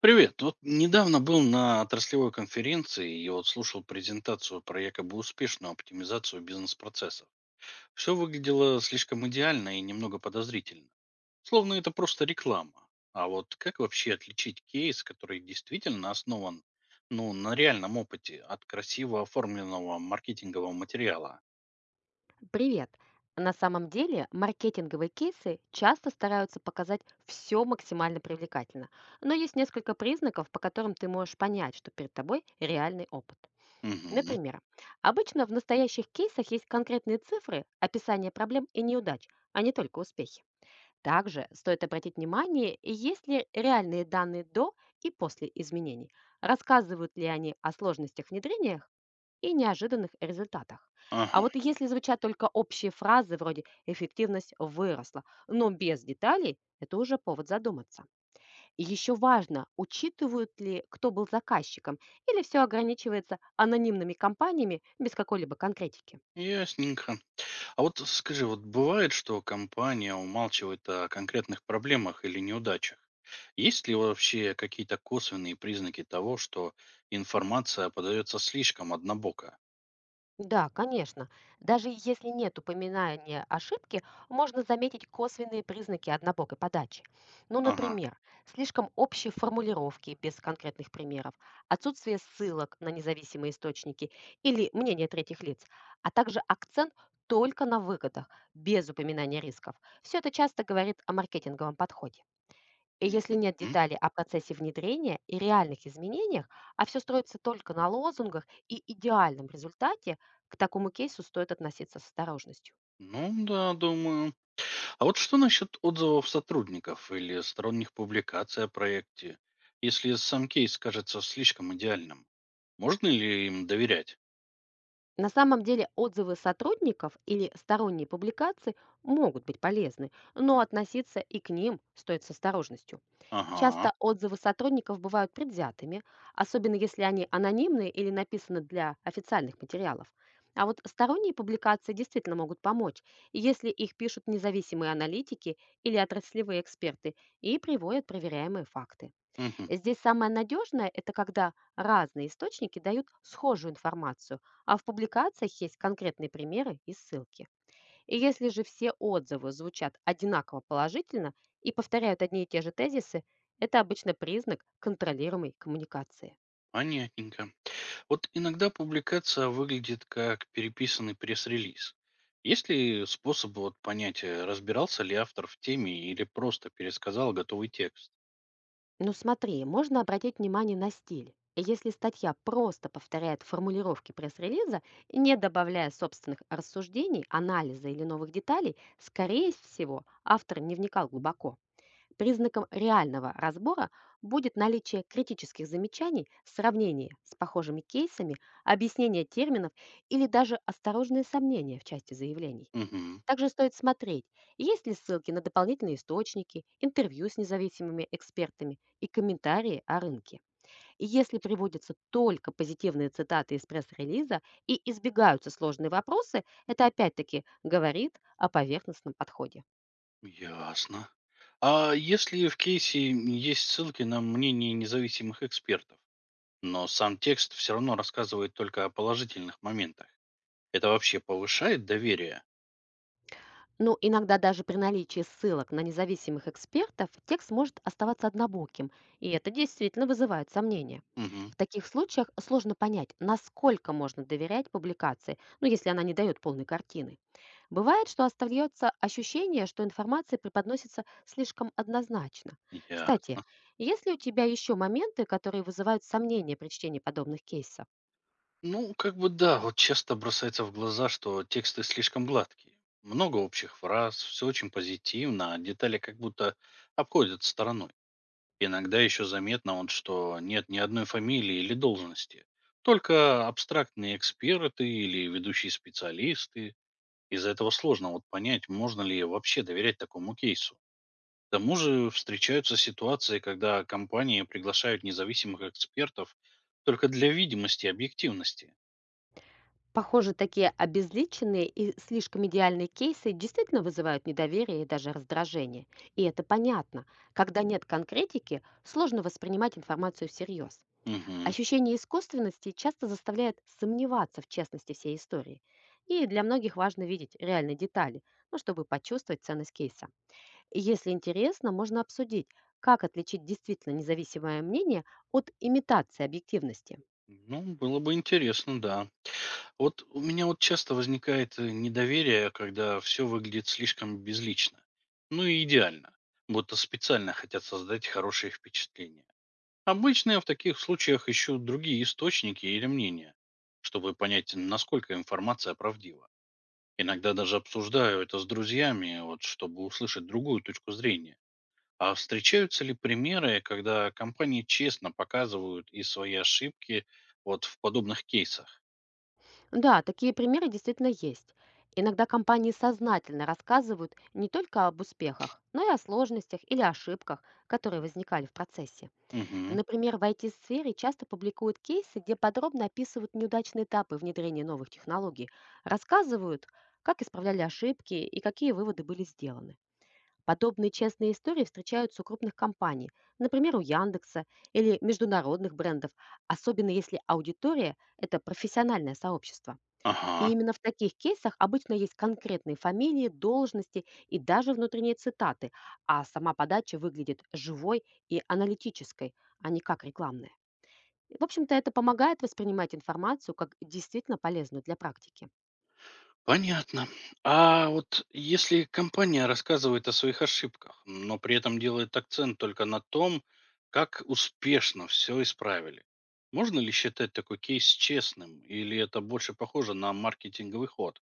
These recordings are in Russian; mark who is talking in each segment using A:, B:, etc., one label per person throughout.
A: Привет. Вот недавно был на отраслевой конференции и вот слушал презентацию про якобы успешную оптимизацию бизнес-процессов. Все выглядело слишком идеально и немного подозрительно. Словно это просто реклама. А вот как вообще отличить кейс, который действительно основан, ну, на реальном опыте от красиво оформленного маркетингового материала?
B: Привет! На самом деле маркетинговые кейсы часто стараются показать все максимально привлекательно, но есть несколько признаков, по которым ты можешь понять, что перед тобой реальный опыт.
A: Угу.
B: Например, обычно в настоящих кейсах есть конкретные цифры, описание проблем и неудач, а не только успехи. Также стоит обратить внимание, есть ли реальные данные до и после изменений, рассказывают ли они о сложностях внедрениях и неожиданных результатах.
A: Ага.
B: А вот если звучат только общие фразы вроде «эффективность выросла», но без деталей, это уже повод задуматься. И еще важно, учитывают ли, кто был заказчиком, или все ограничивается анонимными компаниями без какой-либо конкретики.
A: Ясненько. А вот скажи, вот бывает, что компания умалчивает о конкретных проблемах или неудачах? Есть ли вообще какие-то косвенные признаки того, что информация подается слишком однобоко?
B: Да, конечно. Даже если нет упоминания ошибки, можно заметить косвенные признаки однобокой подачи. Ну,
A: Ага.
B: например, слишком общие формулировки без конкретных примеров, отсутствие ссылок на независимые источники или мнение третьих лиц, а также акцент только на выгодах, без упоминания рисков. Все это часто говорит о маркетинговом подходе. И если
A: мгм,
B: нет
A: м.
B: деталей о процессе внедрения и реальных изменениях, а все строится только на лозунгах и идеальном результате, к такому кейсу стоит относиться с осторожностью.
A: Ну да, думаю. А вот что насчет отзывов сотрудников или сторонних публикаций о проекте, если сам кейс кажется слишком идеальным? Можно ли им доверять?
B: На самом деле отзывы сотрудников или сторонние публикации могут быть полезны, но относиться и к ним стоит с осторожностью.
A: Ага.
B: Часто отзывы сотрудников бывают предвзятыми, особенно если они анонимные или написаны для официальных материалов. А вот сторонние публикации действительно могут помочь, если их пишут независимые аналитики или отраслевые эксперты и приводят проверяемые факты.
A: мгм,
B: Здесь самое надежное — это когда разные источники дают схожую информацию, а в публикациях есть конкретные примеры и ссылки. И если же все отзывы звучат одинаково положительно и повторяют одни и те же тезисы, это обычно признак контролируемой коммуникации.
A: Понятненько. Вот иногда публикация выглядит как переписанный пресс-релиз. Есть ли способ вот понять, разбирался ли автор в теме или просто пересказал готовый текст?
B: Ну смотри, можно обратить внимание на стиль. Если статья просто повторяет формулировки пресс-релиза, не добавляя собственных рассуждений, анализа или новых деталей, скорее всего, автор не вникал глубоко. Признаком реального разбора будет наличие критических замечаний, сравнение с похожими кейсами, объяснение терминов или даже осторожные сомнения в части заявлений.
A: Угу,
B: Также стоит смотреть, есть ли ссылки на дополнительные источники, интервью с независимыми экспертами и комментарии о рынке. И если приводятся только позитивные цитаты из пресс-релиза и избегаются сложные вопросы, это опять-таки говорит о поверхностном подходе.
A: ясно. А если в кейсе есть ссылки на мнение независимых экспертов, но сам текст все равно рассказывает только о положительных моментах, это вообще повышает доверие?
B: Ну, иногда даже при наличии ссылок на независимых экспертов текст может оставаться однобоким, и это действительно вызывает сомнения.
A: Угу,
B: В таких случаях сложно понять, насколько можно доверять публикации, ну, если она не дает полной картины. Бывает, что остается ощущение, что информация преподносится слишком однозначно. Кстати,
A: ясно.
B: есть ли у тебя еще моменты, которые вызывают сомнения при чтении подобных кейсов?
A: Ну, как бы да, вот часто бросается в глаза, что тексты слишком гладкие. Много общих фраз, все очень позитивно, а детали как будто обходят стороной. Иногда еще заметно, вот, что нет ни одной фамилии или должности. Только абстрактные эксперты или ведущие специалисты. Из-за этого сложно вот понять, можно ли вообще доверять такому кейсу. К тому же встречаются ситуации, когда компании приглашают независимых экспертов только для видимости и объективности.
B: Похоже, такие обезличенные и слишком идеальные кейсы действительно вызывают недоверие и даже раздражение. И это понятно. Когда нет конкретики, сложно воспринимать информацию всерьез.
A: Мгм.
B: Ощущение искусственности часто заставляет сомневаться в честности всей истории. И для многих важно видеть реальные детали, ну, чтобы почувствовать ценность кейса. И если интересно, можно обсудить, как отличить действительно независимое мнение от имитации объективности.
A: Ну, было бы интересно, да. Вот у меня вот часто возникает недоверие, когда все выглядит слишком безлично. Ну и идеально. Будто специально хотят создать хорошее впечатление. Обычно я в таких случаях ищу другие источники или мнения, чтобы понять, насколько информация правдива. Иногда даже обсуждаю это с друзьями, вот, чтобы услышать другую точку зрения. А встречаются ли примеры, когда компании честно показывают и свои ошибки вот в подобных кейсах?
B: Да, такие примеры действительно есть. Иногда компании сознательно рассказывают не только об успехах, но и о сложностях или ошибках, которые возникали в процессе.
A: Угу.
B: Например, в IT-сфере часто публикуют кейсы, где подробно описывают неудачные этапы внедрения новых технологий, рассказывают, как исправляли ошибки и какие выводы были сделаны. Подобные честные истории встречаются у крупных компаний, например, у Яндекса или международных брендов, особенно если аудитория — это профессиональное сообщество. И
A: Ага.
B: именно в таких кейсах обычно есть конкретные фамилии, должности и даже внутренние цитаты, а сама подача выглядит живой и аналитической, а не как рекламная. В общем-то, это помогает воспринимать информацию как действительно полезную для практики.
A: Понятно. А вот если компания рассказывает о своих ошибках, но при этом делает акцент только на том, как успешно все исправили, можно ли считать такой кейс честным, или это больше похоже на маркетинговый ход?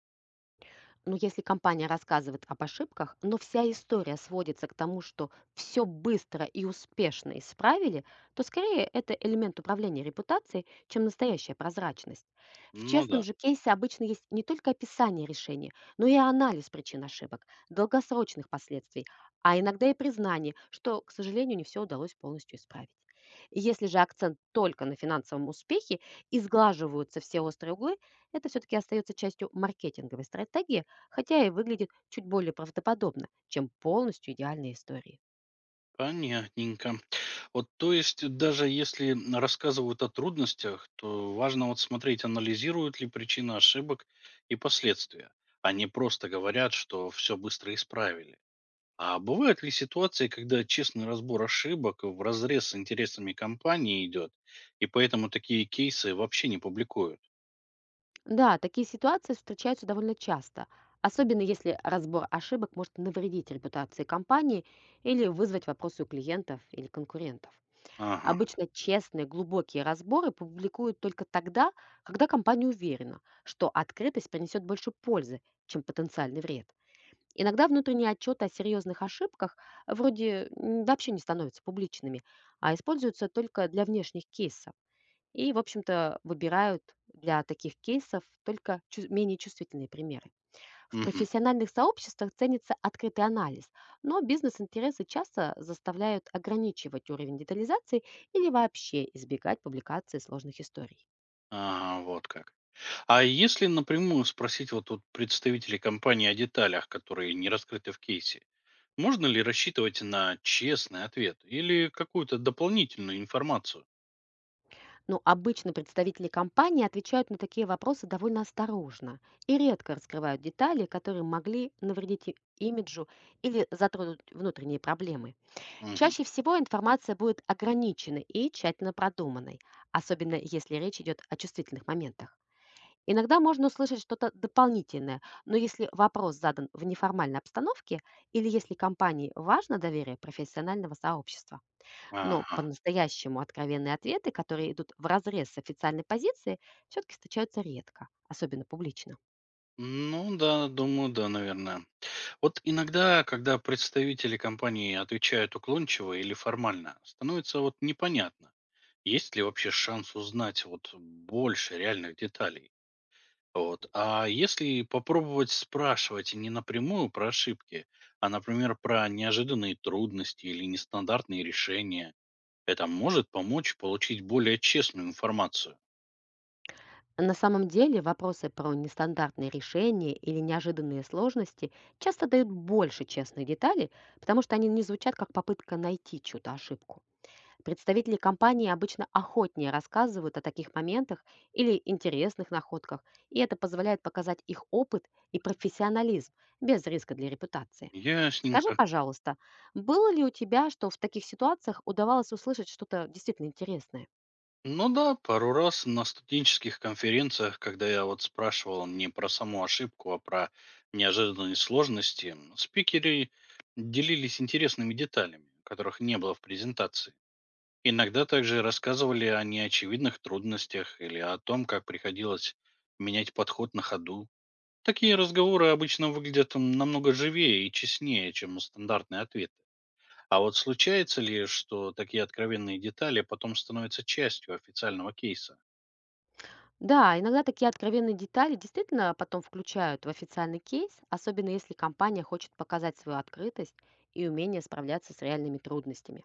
B: Ну, если компания рассказывает об ошибках, но вся история сводится к тому, что все быстро и успешно исправили, то скорее это элемент управления репутацией, чем настоящая прозрачность. В
A: Ну
B: честном
A: да.
B: же кейсе обычно есть не только описание решения, но и анализ причин ошибок, долгосрочных последствий, а иногда и признание, что, к сожалению, не все удалось полностью исправить. И если же акцент только на финансовом успехе и сглаживаются все острые углы, это все-таки остается частью маркетинговой стратегии, хотя и выглядит чуть более правдоподобно, чем полностью идеальные истории.
A: Понятненько. Вот, то есть, даже если н рассказывают о трудностях, то важно вот смотреть, анализируют ли причины ошибок и последствия. Они просто говорят, что все быстро исправили. А бывают ли ситуации, когда честный разбор ошибок в разрез с интересами компании идет, и поэтому такие кейсы вообще не публикуют?
B: Да, такие ситуации встречаются довольно часто, особенно если разбор ошибок может навредить репутации компании или вызвать вопросы у клиентов или конкурентов.
A: Ага,
B: Обычно честные, глубокие разборы публикуют только тогда, когда компания уверена, что открытость принесет больше пользы, чем потенциальный вред. Иногда внутренние отчеты о серьезных ошибках, вообще не становятся публичными, а используются только для внешних кейсов. И, в общем-то, выбирают для таких кейсов только менее чувствительные примеры. В
A: мгм,
B: профессиональных сообществах ценится открытый анализ, но бизнес-интересы часто заставляют ограничивать уровень детализации или вообще избегать публикации сложных историй.
A: ага, вот как. А если напрямую спросить вот у представителей компании о деталях, которые не раскрыты в кейсе, можно ли рассчитывать на честный ответ или какую-то дополнительную информацию?
B: Но обычно представители компании отвечают на такие вопросы довольно осторожно и редко раскрывают детали, которые могли навредить имиджу или затронуть внутренние проблемы.
A: Мгм.
B: Чаще всего информация будет ограниченной и тщательно продуманной, особенно если речь идет о чувствительных моментах. Иногда можно услышать что-то дополнительное, но если вопрос задан в неформальной обстановке или если компании важно доверие профессионального сообщества. Но
A: Ага.
B: по-настоящему откровенные ответы, которые идут вразрез с официальной позицией, все-таки встречаются редко, особенно публично.
A: Ну да, думаю, да, наверное. Вот иногда, когда представители компании отвечают уклончиво или формально, становится вот непонятно, есть ли вообще шанс узнать вот больше реальных деталей. Вот. А если попробовать спрашивать не напрямую про ошибки, а, например, про неожиданные трудности или нестандартные решения, это может помочь получить более честную информацию.
B: На самом деле вопросы про нестандартные решения или неожиданные сложности часто дают больше честных деталей, потому что они не звучат как попытка найти чью-то ошибку. Представители компании обычно охотнее рассказывают о таких моментах или интересных находках, и это позволяет показать их опыт и профессионализм без риска для репутации. Скажи,
A: Ясненько.
B: пожалуйста, было ли у тебя, что в таких ситуациях удавалось услышать что-то действительно интересное?
A: Ну да, пару раз на студенческих конференциях, когда я вот спрашивал не про саму ошибку, а про неожиданные сложности, спикеры делились интересными деталями, которых не было в презентации. Иногда также рассказывали о неочевидных трудностях или о том, как приходилось менять подход на ходу. Такие разговоры обычно выглядят намного живее и честнее, чем стандартный ответ. А вот случается ли, что такие откровенные детали потом становятся частью официального кейса?
B: Да, иногда такие откровенные детали действительно потом включают в официальный кейс, особенно если компания хочет показать свою открытость и умение справляться с реальными трудностями.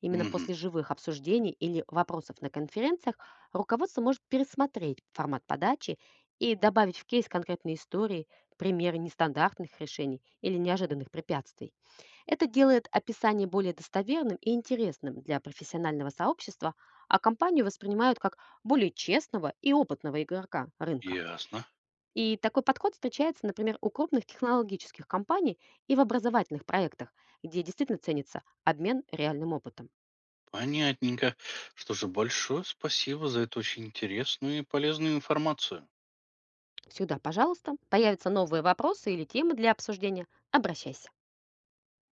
B: Именно
A: Мгм.
B: после живых обсуждений или вопросов на конференциях руководство может пересмотреть формат подачи и добавить в кейс конкретные истории, примеры нестандартных решений или неожиданных препятствий. Это делает описание более достоверным и интересным для профессионального сообщества, а компанию воспринимают как более честного и опытного игрока рынка.
A: Ясно.
B: И такой подход встречается, например, у крупных технологических компаний и в образовательных проектах, где действительно ценится обмен реальным опытом.
A: Понятненько. Что же, большое спасибо за эту очень интересную и полезную информацию.
B: Сюда, пожалуйста. Появятся новые вопросы или темы для обсуждения. Обращайся.